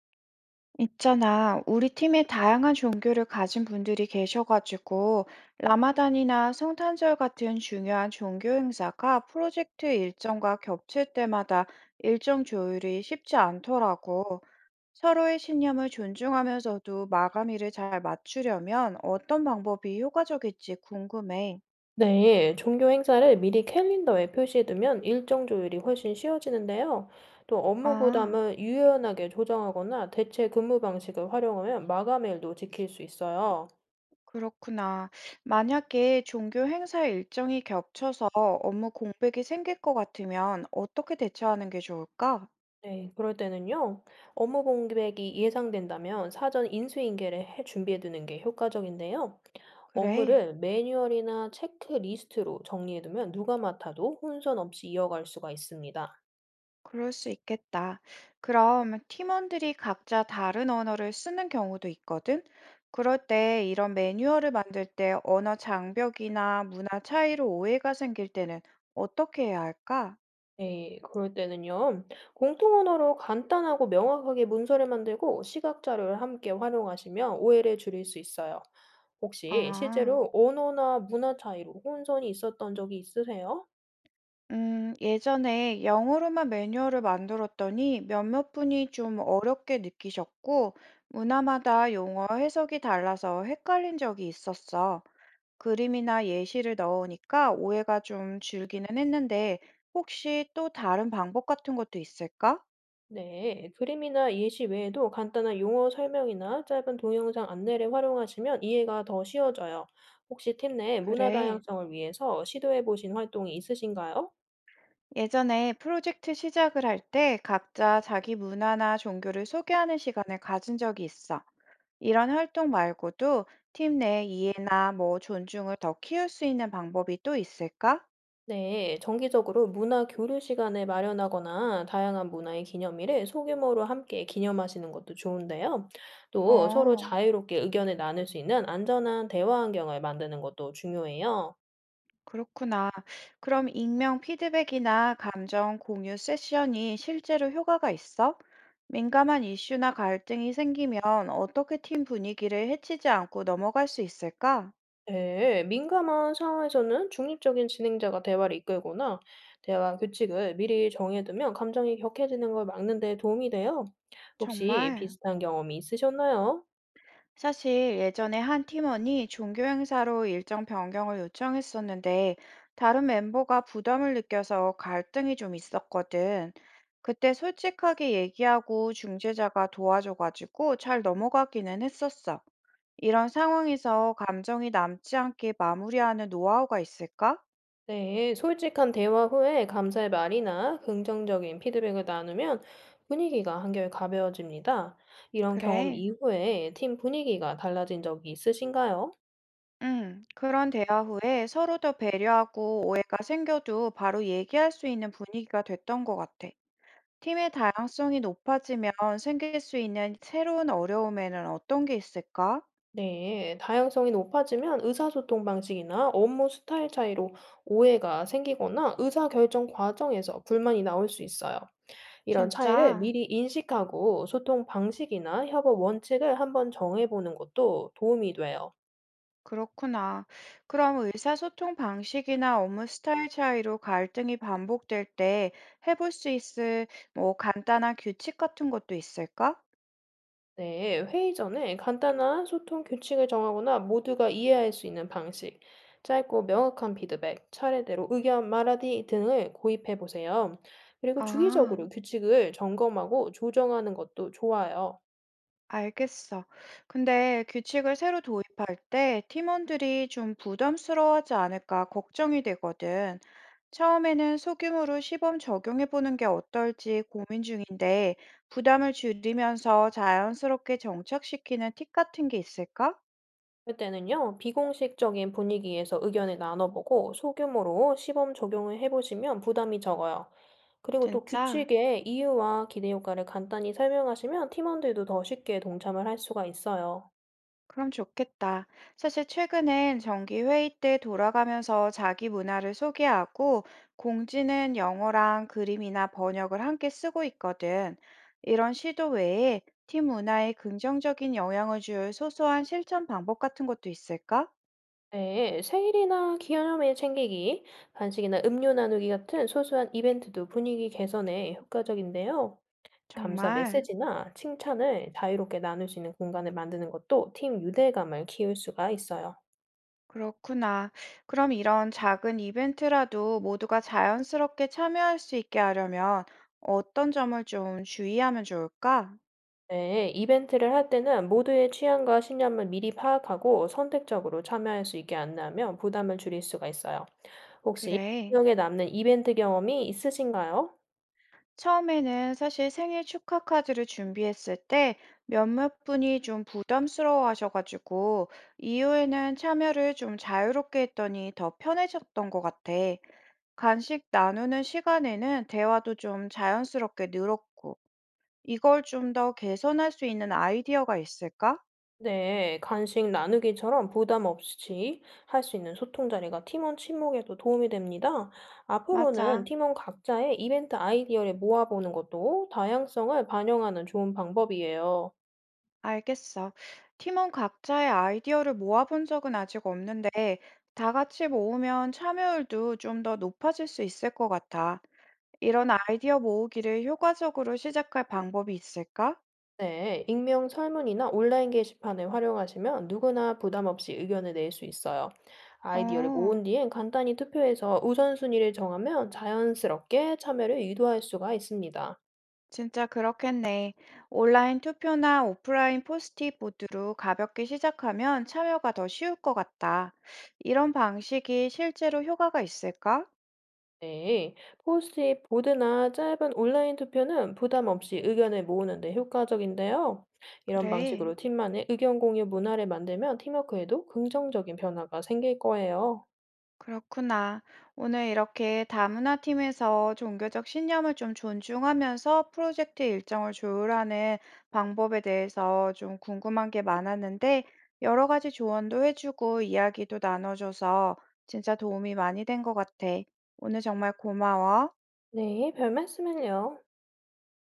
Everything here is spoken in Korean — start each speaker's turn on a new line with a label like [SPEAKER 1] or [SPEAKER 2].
[SPEAKER 1] 있잖아, 우리 팀에 다양한 종교를 가진 분들이 계셔가지고, 라마단이나 성탄절 같은 중요한 종교 행사가 프로젝트 일정과 겹칠 때마다 일정 조율이 쉽지 않더라고. 서로의 신념을 존중하면서도 마감일을 잘 맞추려면 어떤 방법이 효과적일지 궁금해.
[SPEAKER 2] 네, 종교 행사를 미리 캘린더에 표시해두면 일정 조율이 훨씬 쉬워지는데요. 또 업무
[SPEAKER 1] 아,
[SPEAKER 2] 부담을 유연하게 조정하거나 대체 근무 방식을 활용하면 마감일도 지킬 수 있어요.
[SPEAKER 1] 그렇구나. 만약에 종교 행사 일정이 겹쳐서 업무 공백이 생길 것 같으면 어떻게 대처하는 게 좋을까?
[SPEAKER 2] 네, 그럴 때는요, 업무 공백이 예상된다면 사전 인수인계를 해 준비해두는 게 효과적인데요.
[SPEAKER 1] 그래,
[SPEAKER 2] 업무를 매뉴얼이나 체크리스트로 정리해두면 누가 맡아도 혼선 없이 이어갈 수가 있습니다.
[SPEAKER 1] 그럴 수 있겠다. 그럼 팀원들이 각자 다른 언어를 쓰는 경우도 있거든? 그럴 때 이런 매뉴얼을 만들 때 언어 장벽이나 문화 차이로 오해가 생길 때는 어떻게 해야 할까?
[SPEAKER 2] 네, 그럴 때는요. 공통 언어로 간단하고 명확하게 문서를 만들고 시각 자료를 함께 활용하시면 오해를 줄일 수 있어요. 혹시
[SPEAKER 1] 아,
[SPEAKER 2] 실제로 언어나 문화 차이로 혼선이 있었던 적이 있으세요?
[SPEAKER 1] 예전에 영어로만 매뉴얼을 만들었더니 몇몇 분이 좀 어렵게 느끼셨고, 문화마다 용어 해석이 달라서 헷갈린 적이 있었어. 그림이나 예시를 넣으니까 오해가 좀 줄기는 했는데 혹시 또 다른 방법 같은 것도 있을까?
[SPEAKER 2] 네, 그림이나 예시 외에도 간단한 용어 설명이나 짧은 동영상 안내를 활용하시면 이해가 더 쉬워져요. 혹시 팀 내 문화
[SPEAKER 1] 그래.
[SPEAKER 2] 다양성을 위해서 시도해 보신 활동이 있으신가요?
[SPEAKER 1] 예전에 프로젝트 시작을 할 때 각자 자기 문화나 종교를 소개하는 시간을 가진 적이 있어. 이런 활동 말고도 팀 내 이해나 뭐 존중을 더 키울 수 있는 방법이 또 있을까?
[SPEAKER 2] 네, 정기적으로 문화 교류 시간을 마련하거나 다양한 문화의 기념일을 소규모로 함께 기념하시는 것도 좋은데요. 또 서로
[SPEAKER 1] 어.
[SPEAKER 2] 자유롭게 의견을 나눌 수 있는 안전한 대화 환경을 만드는 것도 중요해요.
[SPEAKER 1] 그렇구나. 그럼 익명 피드백이나 감정 공유 세션이 실제로 효과가 있어? 민감한 이슈나 갈등이 생기면 어떻게 팀 분위기를 해치지 않고 넘어갈 수 있을까?
[SPEAKER 2] 네, 민감한 상황에서는 중립적인 진행자가 대화를 이끌거나 대화 규칙을 미리 정해두면 감정이 격해지는 걸 막는 데 도움이 돼요. 혹시
[SPEAKER 1] 정말.
[SPEAKER 2] 비슷한 경험이 있으셨나요?
[SPEAKER 1] 사실 예전에 한 팀원이 종교 행사로 일정 변경을 요청했었는데 다른 멤버가 부담을 느껴서 갈등이 좀 있었거든. 그때 솔직하게 얘기하고 중재자가 도와줘가지고 잘 넘어가기는 했었어. 이런 상황에서 감정이 남지 않게 마무리하는 노하우가 있을까?
[SPEAKER 2] 네, 솔직한 대화 후에 감사의 말이나 긍정적인 피드백을 나누면 분위기가 한결 가벼워집니다. 이런 경험
[SPEAKER 1] 그래.
[SPEAKER 2] 이후에 팀 분위기가 달라진 적이 있으신가요?
[SPEAKER 1] 그런 대화 후에 서로 더 배려하고 오해가 생겨도 바로 얘기할 수 있는 분위기가 됐던 것 같아. 팀의 다양성이 높아지면 생길 수 있는 새로운 어려움에는 어떤 게 있을까?
[SPEAKER 2] 네, 다양성이 높아지면 의사소통 방식이나 업무 스타일 차이로 오해가 생기거나 의사결정 과정에서 불만이 나올 수 있어요. 이런 차이를
[SPEAKER 1] 진짜
[SPEAKER 2] 미리 인식하고 소통 방식이나 협업 원칙을 한번 정해보는 것도 도움이 돼요.
[SPEAKER 1] 그렇구나. 그럼 의사소통 방식이나 업무 스타일 차이로 갈등이 반복될 때 해볼 수 있을 뭐 간단한 규칙 같은 것도 있을까?
[SPEAKER 2] 네, 회의 전에 간단한 소통 규칙을 정하거나 모두가 이해할 수 있는 방식, 짧고 명확한 피드백, 차례대로 의견 말하기 등을 고입해 보세요. 그리고 주기적으로
[SPEAKER 1] 아,
[SPEAKER 2] 규칙을 점검하고 조정하는 것도 좋아요.
[SPEAKER 1] 알겠어. 근데 규칙을 새로 도입할 때 팀원들이 좀 부담스러워하지 않을까 걱정이 되거든. 처음에는 소규모로 시범 적용해 보는 게 어떨지 고민 중인데, 부담을 줄이면서 자연스럽게 정착시키는 팁 같은 게 있을까?
[SPEAKER 2] 그때는요, 비공식적인 분위기에서 의견을 나눠보고 소규모로 시범 적용을 해보시면 부담이 적어요. 그리고 또
[SPEAKER 1] 진짜?
[SPEAKER 2] 규칙의 이유와 기대 효과를 간단히 설명하시면 팀원들도 더 쉽게 동참을 할 수가 있어요.
[SPEAKER 1] 그럼 좋겠다. 사실 최근엔 정기 회의 때 돌아가면서 자기 문화를 소개하고 공지는 영어랑 그림이나 번역을 함께 쓰고 있거든. 이런 시도 외에 팀 문화에 긍정적인 영향을 줄 소소한 실천 방법 같은 것도 있을까?
[SPEAKER 2] 네, 생일이나 기념일 챙기기, 간식이나 음료 나누기 같은 소소한 이벤트도 분위기 개선에 효과적인데요. 감사
[SPEAKER 1] 정말
[SPEAKER 2] 메시지나 칭찬을 자유롭게 나눌 수 있는 공간을 만드는 것도 팀 유대감을 키울 수가 있어요.
[SPEAKER 1] 그렇구나. 그럼 이런 작은 이벤트라도 모두가 자연스럽게 참여할 수 있게 하려면 어떤 점을 좀 주의하면 좋을까?
[SPEAKER 2] 네, 이벤트를 할 때는 모두의 취향과 신념을 미리 파악하고 선택적으로 참여할 수 있게 안내하면 부담을 줄일 수가 있어요. 혹시
[SPEAKER 1] 그래.
[SPEAKER 2] 기억에 남는 이벤트 경험이 있으신가요?
[SPEAKER 1] 처음에는 사실 생일 축하 카드를 준비했을 때 몇몇 분이 좀 부담스러워 하셔가지고, 이후에는 참여를 좀 자유롭게 했더니 더 편해졌던 것 같아. 간식 나누는 시간에는 대화도 좀 자연스럽게 늘었고, 이걸 좀 더 개선할 수 있는 아이디어가 있을까?
[SPEAKER 2] 네, 간식 나누기처럼 부담 없이 할 수 있는 소통 자리가 팀원 친목에도 도움이 됩니다. 앞으로는
[SPEAKER 1] 맞아.
[SPEAKER 2] 팀원 각자의 이벤트 아이디어를 모아보는 것도 다양성을 반영하는 좋은 방법이에요.
[SPEAKER 1] 알겠어. 팀원 각자의 아이디어를 모아본 적은 아직 없는데, 다 같이 모으면 참여율도 좀 더 높아질 수 있을 것 같아. 이런 아이디어 모으기를 효과적으로 시작할 방법이 있을까?
[SPEAKER 2] 네, 익명 설문이나 온라인 게시판을 활용하시면 누구나 부담 없이 의견을 낼 수 있어요. 아이디어를 모은
[SPEAKER 1] 어,
[SPEAKER 2] 뒤엔 간단히 투표해서 우선순위를 정하면 자연스럽게 참여를 유도할 수가 있습니다.
[SPEAKER 1] 진짜 그렇겠네. 온라인 투표나 오프라인 포스트잇 모드로 가볍게 시작하면 참여가 더 쉬울 것 같다. 이런 방식이 실제로 효과가 있을까?
[SPEAKER 2] 네, 포스트잇 보드나 짧은 온라인 투표는 부담 없이 의견을 모으는 데 효과적인데요. 이런
[SPEAKER 1] 그래.
[SPEAKER 2] 방식으로 팀만의 의견 공유 문화를 만들면 팀워크에도 긍정적인 변화가 생길 거예요.
[SPEAKER 1] 그렇구나. 오늘 이렇게 다문화 팀에서 종교적 신념을 좀 존중하면서 프로젝트 일정을 조율하는 방법에 대해서 좀 궁금한 게 많았는데, 여러 가지 조언도 해주고 이야기도 나눠줘서 진짜 도움이 많이 된 것 같아. 오늘 정말 고마워.
[SPEAKER 2] 네, 별 말씀을요.